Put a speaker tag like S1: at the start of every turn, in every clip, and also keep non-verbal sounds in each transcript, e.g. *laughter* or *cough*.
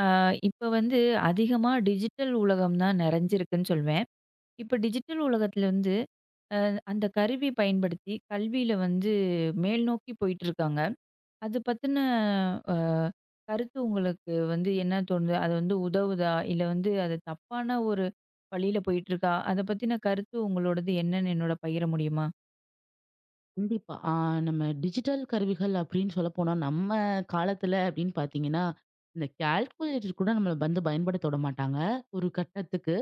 S1: ஆ, இப்ப அதிகமா டிஜிட்டல் உலகம் தான் நிறைஞ்சிருக்குன்னு சொல்வேன். இப்ப டிஜிட்டல் உலகத்துல அந்த கருவி பயன்படுத்தி கல்வியில மேல் நோக்கி போயிட்டு இருக்காங்க. அது பத்தின அ கருத்து உங்களுக்கு என்ன தோணுது? அது உதவுதா? இல்ல அது தப்பான ஒரு வழியில போயிட்டு இருக்கா? அத பத்தின கருத்து உங்களோடது என்னன்னு என்னோட பகிர முடியுமா?
S2: கண்டிப்பா. நம்ம டிஜிட்டல் கருவிகள் அப்படின்னு சொல்லப்போனா, நம்ம காலத்துல அப்படின்னு பார்த்தீங்கன்னா, இந்த கால்குலேட்டர் கூட நம்மள வந்து பயன்படுத்த விட மாட்டாங்க, ஒரு கட்டத்துக்கு.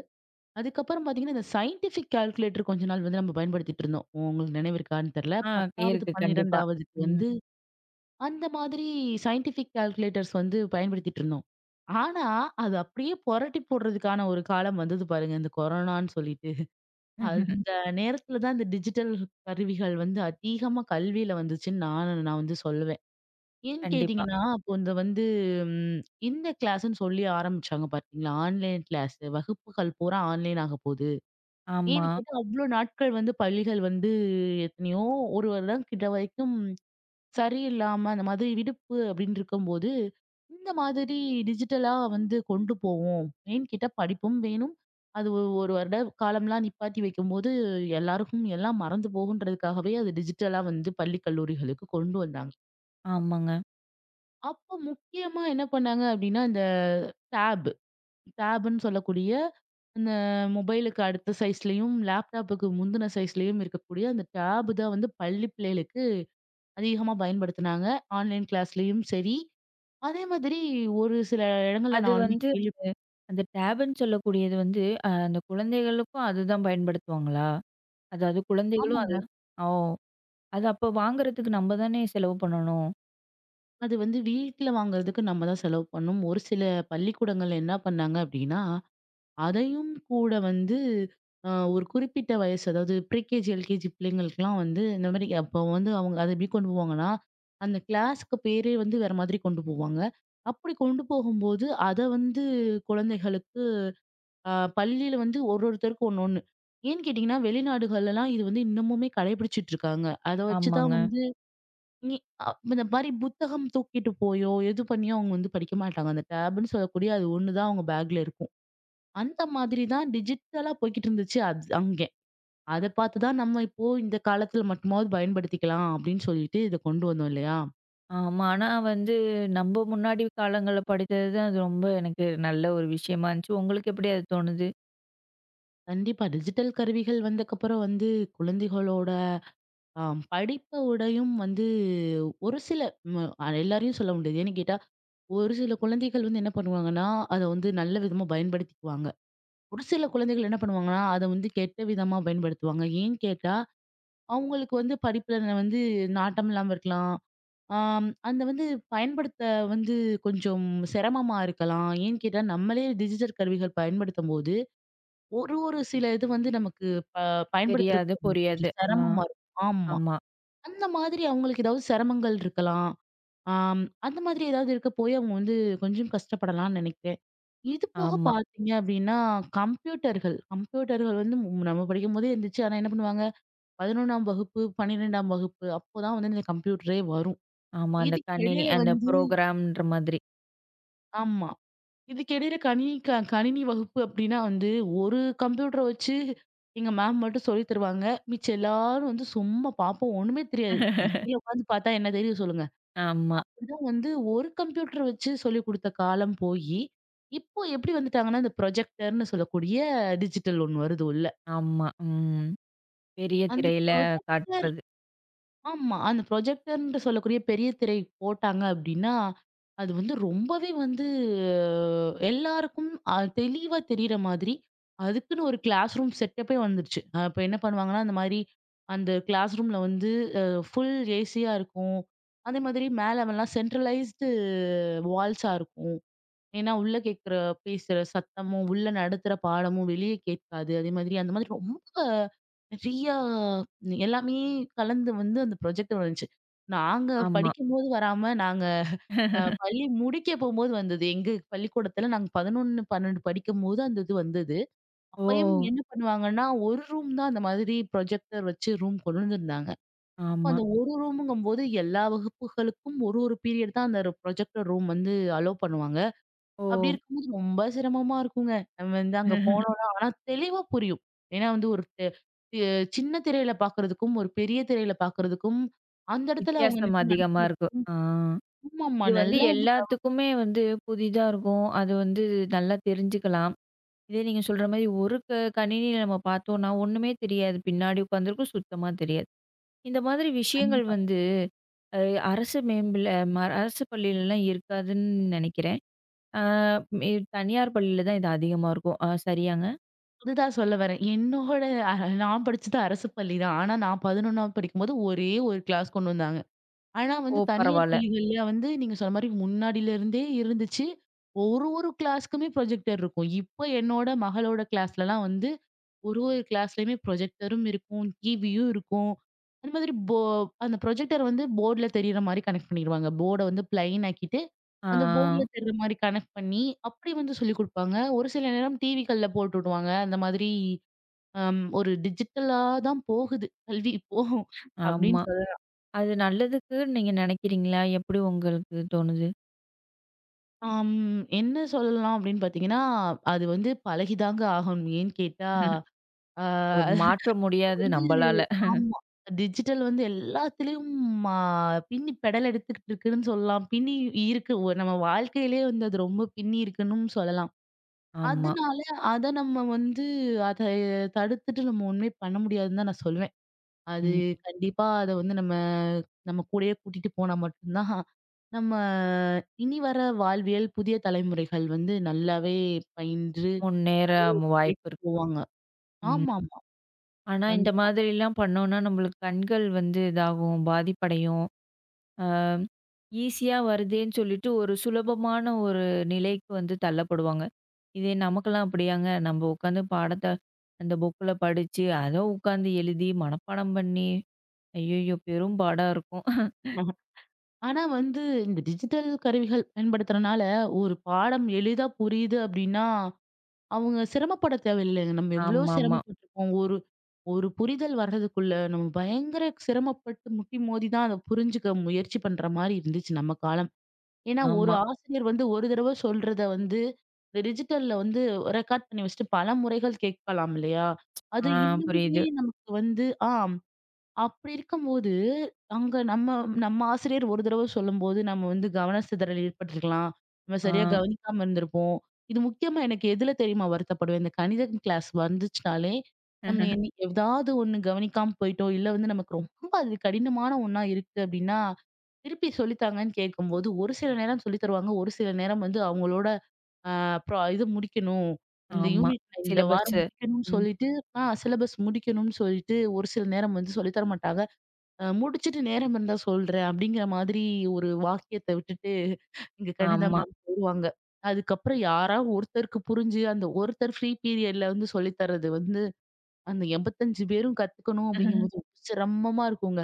S2: அதுக்கப்புறம் பார்த்தீங்கன்னா, இந்த சயின்டிஃபிக் கால்குலேட்டர் கொஞ்ச நாள் வந்து நம்ம பயன்படுத்திட்டு இருந்தோம். உங்களுக்கு நினைவு இருக்கான்னு தெரியல.
S1: ஆ,
S2: 10வது,
S1: இருக்கு கண்டிப்பா.
S2: 12வதுக்கு
S1: ம்.
S2: வந்து அந்த மாதிரி சயின்டிஃபிக் கால்குலேட்டர்ஸ் வந்து பயன்படுத்திட்டு இருந்தோம். ஆனா, அது அப்படியே புரட்டி போடுறதுக்கான ஒரு காலம் வந்தது பாருங்க, இந்த கொரோனான்னு சொல்லிட்டு.
S1: *laughs*
S2: அந்த நேரத்துல தான் இந்த டிஜிட்டல் கருவிகள் வந்து அதிகமா கல்வியில வந்துச்சுன்னு நான் நான் வந்து சொல்லுவேன். ஏன்னு
S1: கண்டிப்பா.
S2: கேட்டீங்கன்னா, அப்போ இந்த வந்து ம், இந்த கிளாஸ்ன்னு சொல்லி ஆரம்பிச்சாங்க பார்த்தீங்களா? ஆன்லைன் கிளாஸ் வகுப்புகள் பூரா ஆன்லைன் ஆக போகுது.
S1: ஆமா.
S2: ஏன்னு கேட்டா, அவ்ளோ நாட்கள் வந்து பள்ளிகள் வந்து எத்தனையோ ஒரு வருடம் கிட்ட வரைக்கும் சரியில்லாம அந்த மாதிரி விடுப்பு அப்படின்னு இருக்கும்போது, இந்த மாதிரி டிஜிட்டலா வந்து கொண்டு போவோம். ஏன்னு கேட்டா படிப்பும் வேணும். அது ஒரு வருட காலம்லாம் நிப்பாட்டி வைக்கும்போது, எல்லாருக்கும் எல்லாம் மறந்து போகுன்றதுக்காகவே அது டிஜிட்டலா வந்து பள்ளி, கல்லூரிகளுக்கு கொண்டு வந்தாங்க.
S1: ஆமாங்க.
S2: அப்போ முக்கியமா என்ன பண்ணாங்க அப்படின்னா, இந்த டேப், டேப்ன்னு சொல்லக்கூடிய அந்த மொபைலுக்கு அடுத்த சைஸ்லயும், லேப்டாப்புக்கு முந்தின சைஸ்லயும் இருக்கக்கூடிய அந்த டேப் தான் வந்து பள்ளி பிள்ளைகளுக்கு அதிகமா பயன்படுத்துனாங்க. ஆன்லைன் கிளாஸ்லயும் சரி. அதே மாதிரி ஒரு சில இடங்கள்ல
S1: அது
S2: நானுமே கேள்வி
S1: அந்த டேப்ன்னு சொல்லக்கூடியது அந்த குழந்தைகளுக்கும் அதுதான் பயன்படுத்துவாங்களா? அதாவது குழந்தைகளும்
S2: ஆமாங்க.
S1: அது ஓ! அது அப்போ வாங்குறதுக்கு நம்ம தானே செலவு பண்ணணும்.
S2: அது வந்து வீட்ல வாங்குறதுக்கு நம்ம தான் செலவு பண்ணணும். ஒரு சில பள்ளிக்கூடங்கள்ல என்ன பண்ணாங்க அப்டின்னா, அதையும் கூட வந்து ஒரு குறிப்பிட்ட வயசு அதாவது ப்ரீகேஜி, எல்கேஜி பிள்ளைங்களுக்குலாம் வந்து இந்த மாரி அப்போ வந்து அவங்க அத எப்டி கொண்டு போவாங்கன்னா, அந்த கிளாஸ்க்கு பேரே வந்து வேற மாதிரி கொண்டு போவாங்க. அப்படி கொண்டு போகும்போது, அத வந்து குழந்தைகளுக்கு ஆ பள்ளியில வந்து ஒரு ஒருத்தருக்கும் ஒண்ணு ஒண்ணு. ஏன்னு கேட்டீங்கன்னா, வெளிநாடுகள்லலாம் இது வந்து இன்னமுமே கடைபிடிச்சிட்டு இருக்காங்க. அத வச்சு தான்
S1: ஆமாங்க.
S2: வந்து இ அ இந்த மாரி புத்தகம் தூக்கிட்டு போயோ, எது பண்ணியோ அவங்க வந்து படிக்க மாட்டாங்க. அந்த டேப்ன்னு சொல்லக்கூடிய அது ஒண்ணு தான் அவங்க பேக்ல இருக்கும். அந்த மாதிரி தான் டிஜிட்டலா போய்க்கிட்டு இருந்துச்சு அது அங்கே. அத பார்த்து தான் நம்ம இப்போ இந்த காலத்துல மட்டுமாவது பயன்படுத்திக்கலாம் அப்படின்னு சொல்லிட்டு இத கொண்டு வந்தோம் இல்லையா?
S1: ஆமா. ஆனா வந்து நம்ம முன்னாடி காலங்கள்ல படித்தது தான் அது ரொம்ப எனக்கு நல்ல ஒரு விஷயமா இருந்துச்சு. உங்களுக்கு எப்படி அது தோணுது?
S2: கண்டிப்பா டிஜிட்டல் கருவிகள் வந்தக்கப்புறம் வந்து குழந்தைகளோட ஆம். படிப்ப விடையும் வந்து ஒரு சில ம் அ எல்லாரையும் சொல்ல முடியாது. ஏன்னு கேட்டா, ஒரு சில குழந்தைகள் வந்து என்ன பண்ணுவாங்கன்னா, அத வந்து நல்ல விதமா பயன்படுத்திக்குவாங்க. ஒரு சில குழந்தைகள் என்ன பண்ணுவாங்கன்னா, அத வந்து கெட்ட விதமா பயன்படுத்துவாங்க. ஏன்னு கேட்டா, அவங்களுக்கு வந்து படிப்புல வந்து நாட்டம் இல்லாம இருக்கலாம். ஆம். அந்த வந்து பயன்படுத்த வந்து கொஞ்சம் சிரமமா இருக்கலாம். ஏன்னு கேட்டா, நம்மளே டிஜிட்டல் கருவிகள் பயன்படுத்தும்போது, ஒரு ஒரு சில இது வந்து நமக்கு ப
S1: தெரியாது,
S2: பயன்படுத்துறதுக்கு
S1: புரியாது.
S2: கொஞ்சம்
S1: ஆ.
S2: சிரமமா இருக்கும். ஆமா.
S1: ஆமா,
S2: அந்த மாதிரி அவங்களுக்கு ஏதாவது சிரமங்கள் இருக்கலாம். ஆம். அந்த மாதிரி ஏதாவது இருக்க போய் அவங்க வந்து கொஞ்சம் கஷ்டப்படலாம்னு நினைக்கிறேன். இது போக
S1: ஆமா,
S2: பார்த்தீங்க அப்டின்னா, கம்ப்யூட்டர்கள் கம்ப்யூட்டர்கள் வந்து நம்ம படிக்கும்போதே இருந்துச்சு. ஆனா என்ன பண்ணுவாங்க, 11ஆம் வகுப்பு, 12ஆம் வகுப்பு அப்போதான் வந்து இந்த கம்ப்யூட்டரே வரும்.
S1: ஆமா. அந்த
S2: இதுக்கு
S1: கணினி,
S2: இடையில
S1: அந்த
S2: வந்து
S1: புரோகிராம்ன்ற மாதிரி.
S2: ஆமா. இதுக்கு இடையில கணினி கணினி வகுப்பு அப்டின்னா வந்து, ஒரு கம்ப்யூட்டர வச்சு எங்க மேம் மட்டும் சொல்லித் தருவாங்க. மிச்சம் எல்லாரும் வந்து சும்மா பார்ப்போம். ஒண்ணுமே தெரியாது.
S1: *laughs*
S2: கீழ உட்காந்து பார்த்தா என்ன தெரியும் சொல்லுங்க?
S1: ஆமா,
S2: தான் வந்து ஒரு கம்ப்யூட்டர் வச்சு சொல்லிக் குடுத்த காலம் போயி, இப்போ எப்படி வந்துட்டாங்கன்னா, இந்த ப்ரொஜெக்டர்ன்னு சொல்லக்கூடிய டிஜிட்டல் ஒண்ணு வருது உள்ள.
S1: ஆமா. ம். பெரிய
S2: அந்த
S1: திரையில
S2: ப்ரொஜெக்டர்
S1: காட்டுறது.
S2: ஆமா. அந்த ப்ரொஜெக்டர்ன்ட்டு சொல்லக்கூடிய பெரிய திரை போட்டாங்க அப்படின்னா, அது வந்து ரொம்பவே வந்து எல்லாருக்கும் தெளிவா தெரியிற மாதிரி, அதுக்குன்னு ஒரு கிளாஸ் ரூம் செட்டப்பே வந்துருச்சு. இப்ப என்ன பண்ணுவாங்கன்னா, அந்த மாரி அந்த கிளாஸ் ரூம்ல வந்து அ ஃபுல் ஏசியா இருக்கும். அதே மாதிரி மேல எல்லாம் சென்ட்ரலைஸ்டு வால்ஸா இருக்கும். ஏன்னா, உள்ள கேட்கிற பேசுற சத்தமும், உள்ள நடத்துற பாடமும் வெளிய கேட்காது. அதே மாதிரி அந்த மாதிரி ரொம்ப நெறையா எல்லாமே கலந்து வந்து அந்த ப்ராஜெக்ட் வந்துச்சு. நாங்க
S1: ஆமா.
S2: படிக்கும்போது வராம, நாங்க
S1: *laughs*
S2: பள்ளி முடிக்க போம்போது வந்தது. எங்க பள்ளிக்கூடத்துல நாங்க 11, 12 படிக்கும்போது அந்த இது வந்தது. அப்பயும்
S1: ஓ!
S2: என்ன பண்ணுவாங்கன்னா, ஒரு ரூம் தான் அந்த மாதிரி ப்ரொஜெக்டர் வச்சு ரூம் கொண்டு வந்திருந்தாங்க. அப்ப
S1: ஆமா.
S2: அந்த ஒரு ரூமுங்கும்போது எல்லா வகுப்புகளுக்கும் ஒரு ஒரு பீரியட் தான் அந்த ப்ரொஜெக்டர் ரூம் வந்து அலோ பண்ணுவாங்க.
S1: ஓ!
S2: அப்படி இருக்கும்போது ரொம்ப சிரமமா இருக்குங்க. நம்ம வந்து அங்க போனோம்னா, ஆனா தெளிவா புரியும். ஏன்னா வந்து ஒரு தெ தெ சின்ன திரையில பார்க்கறதுக்கும், ஒரு பெரிய திரையில பார்க்கறதுக்கும், அந்த இடத்துல அவங்க
S1: வித்தியாசம் அதிகமா இருக்கும். ஆ.
S2: ஆமாமா
S1: இது
S2: நல்லா வந்து
S1: எல்லாத்துக்குமே புதிதா இருக்கும். அது நல்லா தெரிஞ்சுக்கலாம். இதே நீங்க சொல்ற மாரி ஒரு கணினியில நம்ம பார்த்தோம்னா, ஒண்ணுமே தெரியாது. பின்னாடி உட்காந்துருக்கும், சுத்தமா தெரியாது. இந்த மாதிரி விஷயங்கள்
S2: கண்டிப்பா.
S1: வந்து அ அரசு மேம்பில அரசு பள்ளியிலலாம் இருக்காதுன்னு நினைக்கிறேன். ஆ, மே தனியார் பள்ளியில தான் இது அதிகமா இருக்கும். சரியாங்க?
S2: அதுதான் சொல்ல வரேன். என்னோட அ நான் படிச்சது அரசு பள்ளி தான். ஆனா நான் 11ஆவது படிக்கும்போது ஒரே ஒரு கிளாஸ் கொண்டு வந்தாங்க. ஆனா வந்து
S1: ஓ!
S2: தனியார்
S1: பரவால்ல.
S2: பள்ளிகள்ல வந்து நீங்க சொன்ன மாரி முன்னாடில இருந்தே இருந்துச்சு. ஒரு ஒரு கிளாஸ்க்குமே ப்ரொஜெக்டர் இருக்கும். இப்ப என்னோட மகளோட கிளாஸ்லலாம் வந்து ஒரு ஒரு கிளாஸ்லயுமே ப்ரொஜெக்டரும் இருக்கும், டிவியும் இருக்கும். அந்த மாதிரி அந்த ப்ரொஜெக்டர் வந்து போர்டுல தெரியிற மாரி கனெக்ட் பண்ணிருவாங்க. போர்ட வந்து பிளைன் ஆக்கிட்டு,
S1: ஆ,
S2: அந்த போர்டுல
S1: ஆ.
S2: தெரியிற மாரி கனெக்ட் பண்ணி, அப்படி வந்து சொல்லிக் குடுப்பாங்க. ஒரு சில நேரம் டிவிகள்ல போட்டு விடுவாங்க. அந்த மாதிரி ஒரு டிஜிட்டலா தான் போகுது கல்வி இப்போ அப்படின்னு
S1: ஆமா.
S2: சொல்லலாம்.
S1: அது நல்லதுக்குன்னு நீங்க நினைக்கிறீங்களா? எப்படி உங்களுக்கு தோணுது?
S2: ஆம் என்ன சொல்லலாம் அப்படின்னு பார்த்தீங்கன்னா, அது வந்து பழகிதாங்க ஆகணும். ஏன்னு கேட்டா, ஆ
S1: மாற்ற முடியாது
S2: வந்து
S1: நம்பளால.
S2: ஆமா. டிஜிட்டல் வந்து எல்லாத்துலயும் ஆ பின்னி பெடல் எடுத்துக்கிட்டு இருக்குன்னு சொல்லலாம். பின்னி இருக்கு. ஒரு நம்ம வாழ்க்கையிலேயே வந்து அது ரொம்ப பின்னி இருக்குன்னும் சொல்லலாம்.
S1: ஆமா.
S2: அதனால அத நம்ம வந்து அத தடுத்துட்டு நம்ம ஒண்ணுமே பண்ண முடியாதுன்னு தான் நான் சொல்லுவேன். அது
S1: ம்.
S2: கண்டிப்பா அத வந்து நம்ம நம்ம கூடயே கூட்டிட்டு போனா மட்டும் தான் நம்ம இனி வர வாழ்வியல் புதிய தலைமுறைகள் வந்து நல்லாவே பயின்று
S1: முன்னேற வாய்ப்பு
S2: விலைக்கு
S1: இருக்கு.
S2: போவாங்க.
S1: ம்.
S2: ஆமாமா.
S1: ஆனா இந்த
S2: கண்டிப்பா.
S1: மாதிரிலாம் பண்ணோம்னா, நம்மளுக்கு கண்கள் இதாகும், பாதிப்படையும். அ ஈஸியா வருதேன்னு சொல்லிட்டு ஒரு சுலபமான ஒரு நிலைக்கு தள்ளப்படுவாங்க. இதே நமக்கெல்லாம் அப்படியாங்க. நம்ம உட்காந்து பாடத்த அந்த புக்ல படிச்சு, அத உட்காந்து எழுதி மனப்பாடம் பண்ணி, ஐய்யய்யோ! பெரும் பாடா இருக்கும்.
S2: ஆனா வந்து இந்த டிஜிட்டல் கருவிகள் பயன்படுத்துறனால ஒரு பாடம் எளிதா புரியுது அப்படின்னா, அவங்க சிரமப்பட தேவையில்லைங்க. நம்ம எவ்ளோ
S1: ஆமாமா. ஆமா.
S2: சிரமப்பட்டுருப்போம். ஒரு ஒரு புரிதல் வர்றதுக்குள்ள நம்ம பயங்கர சிரமப்பட்டு முட்டி மோதி தான் அத புரிஞ்சுக்க முயற்சி பண்ற மாரி இருந்துச்சு நம்ம காலம். ஏன்னா ஒரு
S1: ஆமா.
S2: ஆசிரியர் வந்து ஒரு தடவ சொல்றத வந்து இந்த டிஜிட்டல்ல வந்து ரெக்கார்ட் பண்ணி வச்சுட்டு பல முறைகள் கேட்கலாம் இல்லையா?
S1: ஆ,
S2: அது
S1: புரியுது.
S2: இன்னமுமே நமக்கு வந்து ஆ அப்படி இருக்கும்போது, அங்க நம்ம நம்ம ஆசிரியர் ஒரு தடவ சொல்லும்போது, நம்ம வந்து கவன சிதறல் ஏற்பட்டிருக்கலாம். நம்ம சரியா
S1: ஆ.
S2: கவனிக்காம இருந்திருப்போம். இது முக்கியமா எனக்கு எதுல தெரியுமா வருத்தப்படுவேன்? இந்த கணிதம் கிளாஸ் வந்துச்சுனாலே, நம்ம என்னி ஏதாவது ஒண்ணு கவனிக்காம போயிட்டோம், இல்ல வந்து நமக்கு ரொம்ப அது கடினமான ஒண்ணா இருக்கு அப்படின்னா, திருப்பி சொல்லித்தாங்கன்னு கேட்கும்போது, ஒரு சில நேரம் சொல்லி தருவாங்க. ஒரு சில நேரம் வந்து அவங்களோட அ அப்புறம் இது முடிக்கணும். இந்த
S1: ஆமா.
S2: யூனிட் இந்த வாரம்
S1: சிலபஸ்ஸு.
S2: முடிக்கணும்னு
S1: ம்.
S2: சொல்லிட்டு சிலபஸ் முடிக்கணும்னு சொல்லிட்டு ஒரு சில நேரம் வந்து சொல்லி தர மாட்டாங்க. முடிச்சுட்டு நேரம் இருந்தா சொல்றேன் அப்படிங்கிற மாதிரி ஒரு வாக்கியத்த விட்டுட்டு எங்க கணிதா
S1: ஆமா.
S2: மேம் போயிருவாங்க. அதுக்கப்புறம் யாரா ஒருத்தருக்கு புரிஞ்சு அந்த ஒருத்தர் ஃப்ரீ பீரியட்ல வந்து சொல்லி தர்றது வந்து அந்த 85 பேரும் கத்துக்கணும் அப்படிங்கும்போது ரொம்ப சிரமமா இருக்குங்க.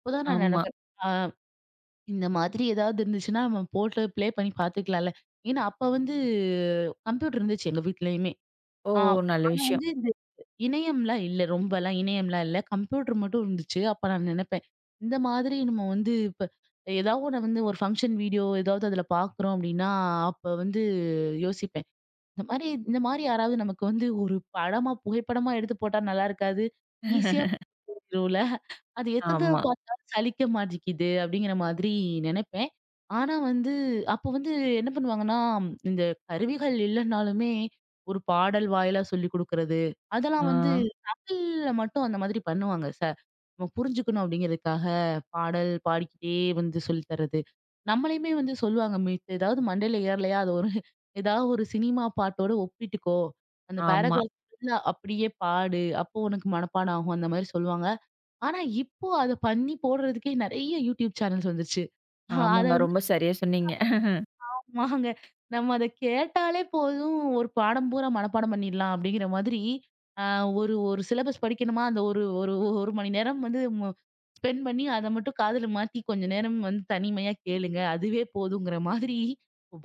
S2: அப்பதான் நான்
S1: ஆமா.
S2: நினைப்பேன். ஆ. இந்த மாதிரி ஏதாவது இருந்துச்சுன்னா, நம்ம போட்டு ப்ளே பண்ணி பார்த்துக்கலாம்ல. ஏன்னா, அப்ப வந்து கம்ப்யூட்டர் இருந்துச்சு எங்க வீட்லயுமே.
S1: ஓ!
S2: ஆ
S1: நல்ல
S2: ஆனா
S1: விஷயம்.
S2: வந்து இந்த இணையம்லாம் இல்ல. ரொம்பலாம் இணையம்லாம் இல்ல. கம்ப்யூட்டர் மட்டும் இருந்துச்சு. அப்ப நான் நெனப்பேன். இந்த மாதிரி நம்ம வந்து இப்ப ஏதாவது ஒண்ணு வந்து ஒரு ஃபங்ஷன் வீடியோ ஏதாவது அதுல பார்க்குறோம் அப்டின்னா, அப்ப வந்து யோசிப்பேன். இந்த மாரி யாராவது நமக்கு வந்து ஒரு படமா, புகைப்படமா எடுத்து போட்டா நல்லா இருக்காது. ஈஸியா போயிரும்ல. அது எத்தத
S1: ஆமா.
S2: பார்த்தாலும் சலிக்க மாட்டேங்கிது அப்படிங்கிற மாதிரி நெனைப்பேன். ஆனா வந்து அப்போ வந்து என்ன பண்ணுவாங்கன்னா, இந்த கருவிகள் இல்லனாலுமே ஒரு பாடல் வாயிலா சொல்லிக் குடுக்குறது,
S1: ஆ.
S2: அதெல்லாம் வந்து தமிழ்ல மட்டும் அந்த மாதிரி பண்ணுவாங்க. நம்ம புரிஞ்சுக்கணும் அப்படிங்கிறதுக்காக பாடல் பாடிக்கிட்டே வந்து சொல்லி தர்றது. நம்மளையுமே வந்து சொல்லுவாங்க மித்த ஏதாவது மண்டையில ஏறலையா அது ஒரு ஏதாவது ஒரு சினிமா பாட்டோட ஒப்பிட்டுக்கோ. அந்த
S1: ஆமா.
S2: பேராகிராஃப் ஃபுல்லா அப்படியே பாடு. அப்போ உனக்கு மனப்பாடம் ஆகும். அந்த மாரி சொல்லுவாங்க. ஆனா, இப்போ அத பண்ணி போடுறதுக்கே நெறைய யூடியூப் சேனல்ஸ் வந்துருச்சு. அத
S1: ஆமாங்க.
S2: வந்து
S1: ரொம்ப சரியா சொன்னீங்க.
S2: ஆமாங்க. நம்ம அத கேட்டாலே போதும், ஒரு பாடம் பூரா மனப்பாடம் பண்ணிடலாம் அப்படிங்கிற மாதிரி, அ ஒரு ஒரு சிலபஸ் படிக்கணுமா, அந்த ஒரு ஒரு ஒரு மணி நேரம் வந்து ஸ்பெண்ட் பண்ணி அத மட்டும் காதுல மாட்டி கொஞ்ச நேரம் வந்து தனிமையா கேளுங்க. அதுவே போதுங்கிற மாதிரி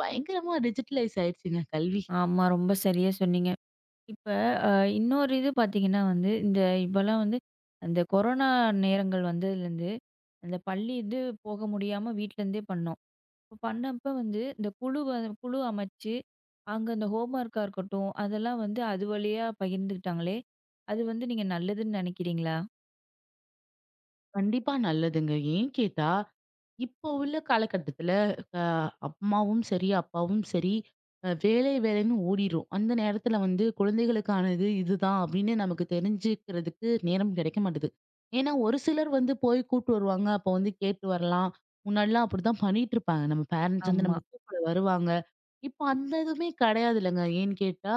S2: பயங்கரமா டிஜிட்டலைஸ் ஆயிடுச்சுங்க கல்வி.
S1: ஆமா. ரொம்ப சரியா சொன்னீங்க. இப்ப அ இன்னொரு இது பார்த்தீங்கன்னா இந்த இப்பலாம் அந்த கொரோனா நேரங்கள் வந்ததுலேருந்து, அந்த பள்ளி இது போக முடியாம வீட்லேருந்தே பண்ணோம். இப்ப பண்ணப்ப இந்த குழு அமைச்சு, அங்க அந்த ஹோம் ஒர்க்கா இருக்கட்டும், அதெல்லாம் அது வழியா பகிர்ந்துக்கிட்டாங்களே, அது நீங்க நல்லதுன்னு நெனைக்கிறீங்களா?
S2: கண்டிப்பா நல்லதுங்க. ஏன் கேட்டா, இப்போ உள்ள காலகட்டத்துல அ அம்மாவும் சரி, அப்பாவும் சரி, வேலை வேலைன்னு ஓடிரும். அந்த நேரத்துல வந்து குழந்தைகளுக்கானது இதுதான் அப்படின்னு நமக்கு தெரிஞ்சுக்கிறதுக்கு நேரம் கிடைக்க மாட்டுது. ஏன்னா, ஒரு சிலர் வந்து போய் கூட்டு வருவாங்க. அப்போ வந்து கேட்டு வரலாம். முன்னாடிலாம் அப்படிதான் பண்ணிட்டு இருப்பாங்க. நம்ம பேரண்ட்ஸ் வந்து
S1: ஆமா.
S2: நம்மள கூப்பிட வருவாங்க. இப்போ அந்த இதுவுமே கிடையாது இல்லங்க. ஏன்னு கேட்டா,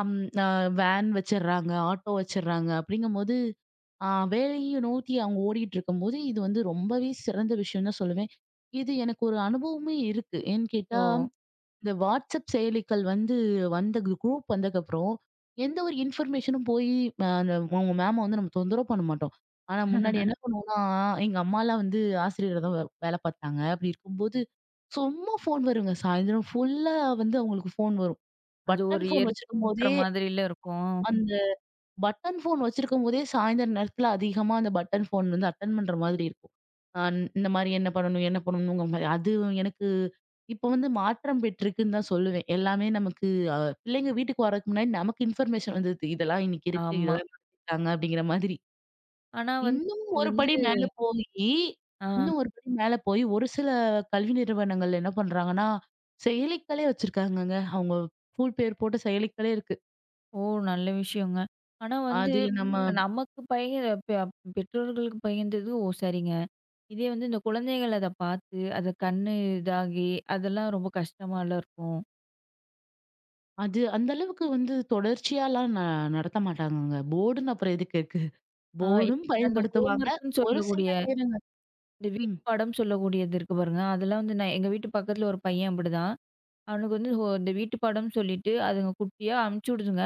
S2: அம் அ வேன் வச்சிடுறாங்க, ஆட்டோ வச்சிடுறாங்க. அப்படிங்கும்போது ஆ வேலையும் நோக்கி அவங்க ஓடிட்டு இருக்கும்போது, இது வந்து ரொம்பவே சிறந்த விஷயம் தான் சொல்லுவேன். இது எனக்கு ஒரு அனுபவமே இருக்கு. ஏன்னு கேட்டா,
S1: ஓ!
S2: இந்த WhatsApp செயலிகள் வந்து வந்த குரூப் வந்ததுக்கப்புறம், எந்த ஒரு இன்ஃபர்மேஷனும் போயி அந்த அவங்க மேம வந்து நம்ம தொந்தரவு பண்ண மாட்டோம். ஆனா முன்னாடி என்ன பண்ணுவோம்னா, எங்க அம்மாலாம் வந்து ஆசிரியரா தான் வேலை பார்த்தாங்க. அப்படி இருக்கும்போது, சும்மா ஃபோன் வருங்க. சாயந்தரம் ஃபுல்லா வந்து அவங்களுக்கு ஃபோன் வரும்.
S1: அது
S2: பட்டன்
S1: ஒரு
S2: ஃபோன்
S1: எரிச்சலூட்டுற
S2: வச்சிருக்கும்போதே,
S1: மாதிரில இருக்கும்.
S2: அந்த பட்டன் ஃபோன் வச்சிருக்கும்போதே சாயந்தர நேரத்துல அதிகமா அந்த பட்டன் ஃபோன் வந்து அட்டெண்ட் பண்ற மாதிரி இருக்கும். அ இந்த மாரி என்ன பண்ணணும்? என்ன பண்ணணுங்கிற மாரி. அது எனக்கு இப்ப வந்து மாற்றம் பெற்றிருக்குன்னு தான் சொல்லுவேன். எல்லாமே நமக்கு அ பிள்ளைங்க வீட்டுக்கு வரதுக்கு முன்னாடி நமக்கு இன்ஃபர்மேஷன் வந்தது. இதெல்லாம் இன்னைக்கு இருக்கு.
S1: ஆமா.
S2: இதெல்லாம் நடத்திருக்காங்க அப்படிங்கிற மாதிரி.
S1: ஆனா வந்து
S2: இன்னும்
S1: இது
S2: ஒரு
S1: வந்து
S2: படி மேல போயி
S1: ஆ,
S2: இன்னும் ஒரு படி மேல போய் ஒரு சில கல்வி நிறுவனங்கள்ல என்ன பண்றாங்கன்னா, செயலிகளே வச்சிருக்காங்கங்க. அவங்க ஃபுல் பேர் போட்ட செயலிகளே இருக்கு.
S1: ஓ! நல்ல விஷயங்க. ஆனா
S2: அதுல நம்ம
S1: இப்ப நமக்கு பகிர பெ பெற்றோர்களுக்கு பகிர்ந்தது ஓ சரிங்க. இதே இந்த குழந்தைகள் அத பார்த்து, அத கண்ணு இதாகி, அதெல்லாம் ரொம்ப கஷ்டமால இருக்கும்.
S2: அது அந்த அளவுக்கு வந்து தொடர்ச்சியாலாம் நடத்த மாட்டாங்கங்க. போர்டுன்னு அப்புறம் எதுக்கு இருக்கு?
S1: ஆ,
S2: போர்டும்
S1: அந்த
S2: பயன்படுத்துவாங்க.
S1: ஹோம்வொர்க்குன்னு
S2: ஒரு சில
S1: சொல்லக்கூடிய,
S2: நேரங்கள்
S1: இந்த வீட்டு
S2: ம்.
S1: பாடம்னு சொல்லக்கூடியது இருக்கு பாருங்க. அதெல்லாம் நான் எங்க வீட்டு பக்கத்துல ஒரு பையன் அப்படிதான். அவனுக்கு ஹோ இந்த வீட்டு பாடம்னு சொல்லிட்டு, அதுங்க குட்டியா அனுப்பிச்சு விடுதுங்க.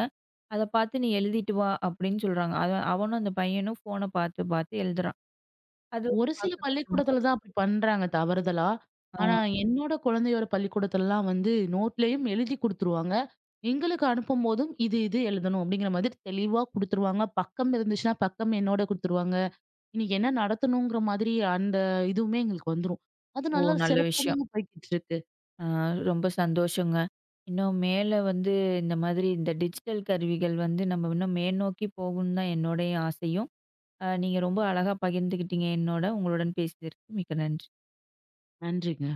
S1: அத பார்த்து நீ எழுதிட்டு வா அப்படின்னு சொல்றாங்க. அவனும் அந்த பையனும் ஃபோன பார்த்து பார்த்து எழுதுறான். அது
S2: ஒரு சில
S1: பார்க்க கஷ்டமா இருக்கு.
S2: பள்ளிக்கூடத்துல தான் அப்படி பண்றாங்க தவறுதலா. ஆனா,
S1: ஆ.
S2: என்னோட குழந்தையோட பள்ளிக்கூடத்துலலாம் வந்து நோட்லயும் எழுதி குடுத்துருவாங்க. எங்களுக்கு அனுப்பும்போதும் இது, இது எழுதணும் அப்படிங்கிற மாதிரி தெளிவா குடுத்துருவாங்க. பக்கம் இருந்துச்சுன்னா, பக்கம் என்னோட குடுத்துருவாங்க. இன்னைக்கு என்ன நடத்தணுங்கிற மாதிரி அந்த இதுவுமே எங்களுக்கு வந்துரும். அது
S1: ஓ!
S2: நல்லா
S1: நல்ல விஷயம்.
S2: சிறப்பாதாங்க போய்க்கிட்டு இருக்கு.
S1: ஆ, ரொம்ப சந்தோஷங்க. இன்னும் மேல இந்த மாதிரி இந்த டிஜிட்டல் கருவிகள் நம்ம இன்னும் மேல்நோக்கி போகும்னு தான் என்னோடைய ஆசையும். அ, நீங்க ரொம்ப அழகா பகிர்ந்துக்கிட்டீங்க என்னோட. உங்களுடன் பேசியதற்கு மிக்க நன்றி.
S2: நன்றிங்க.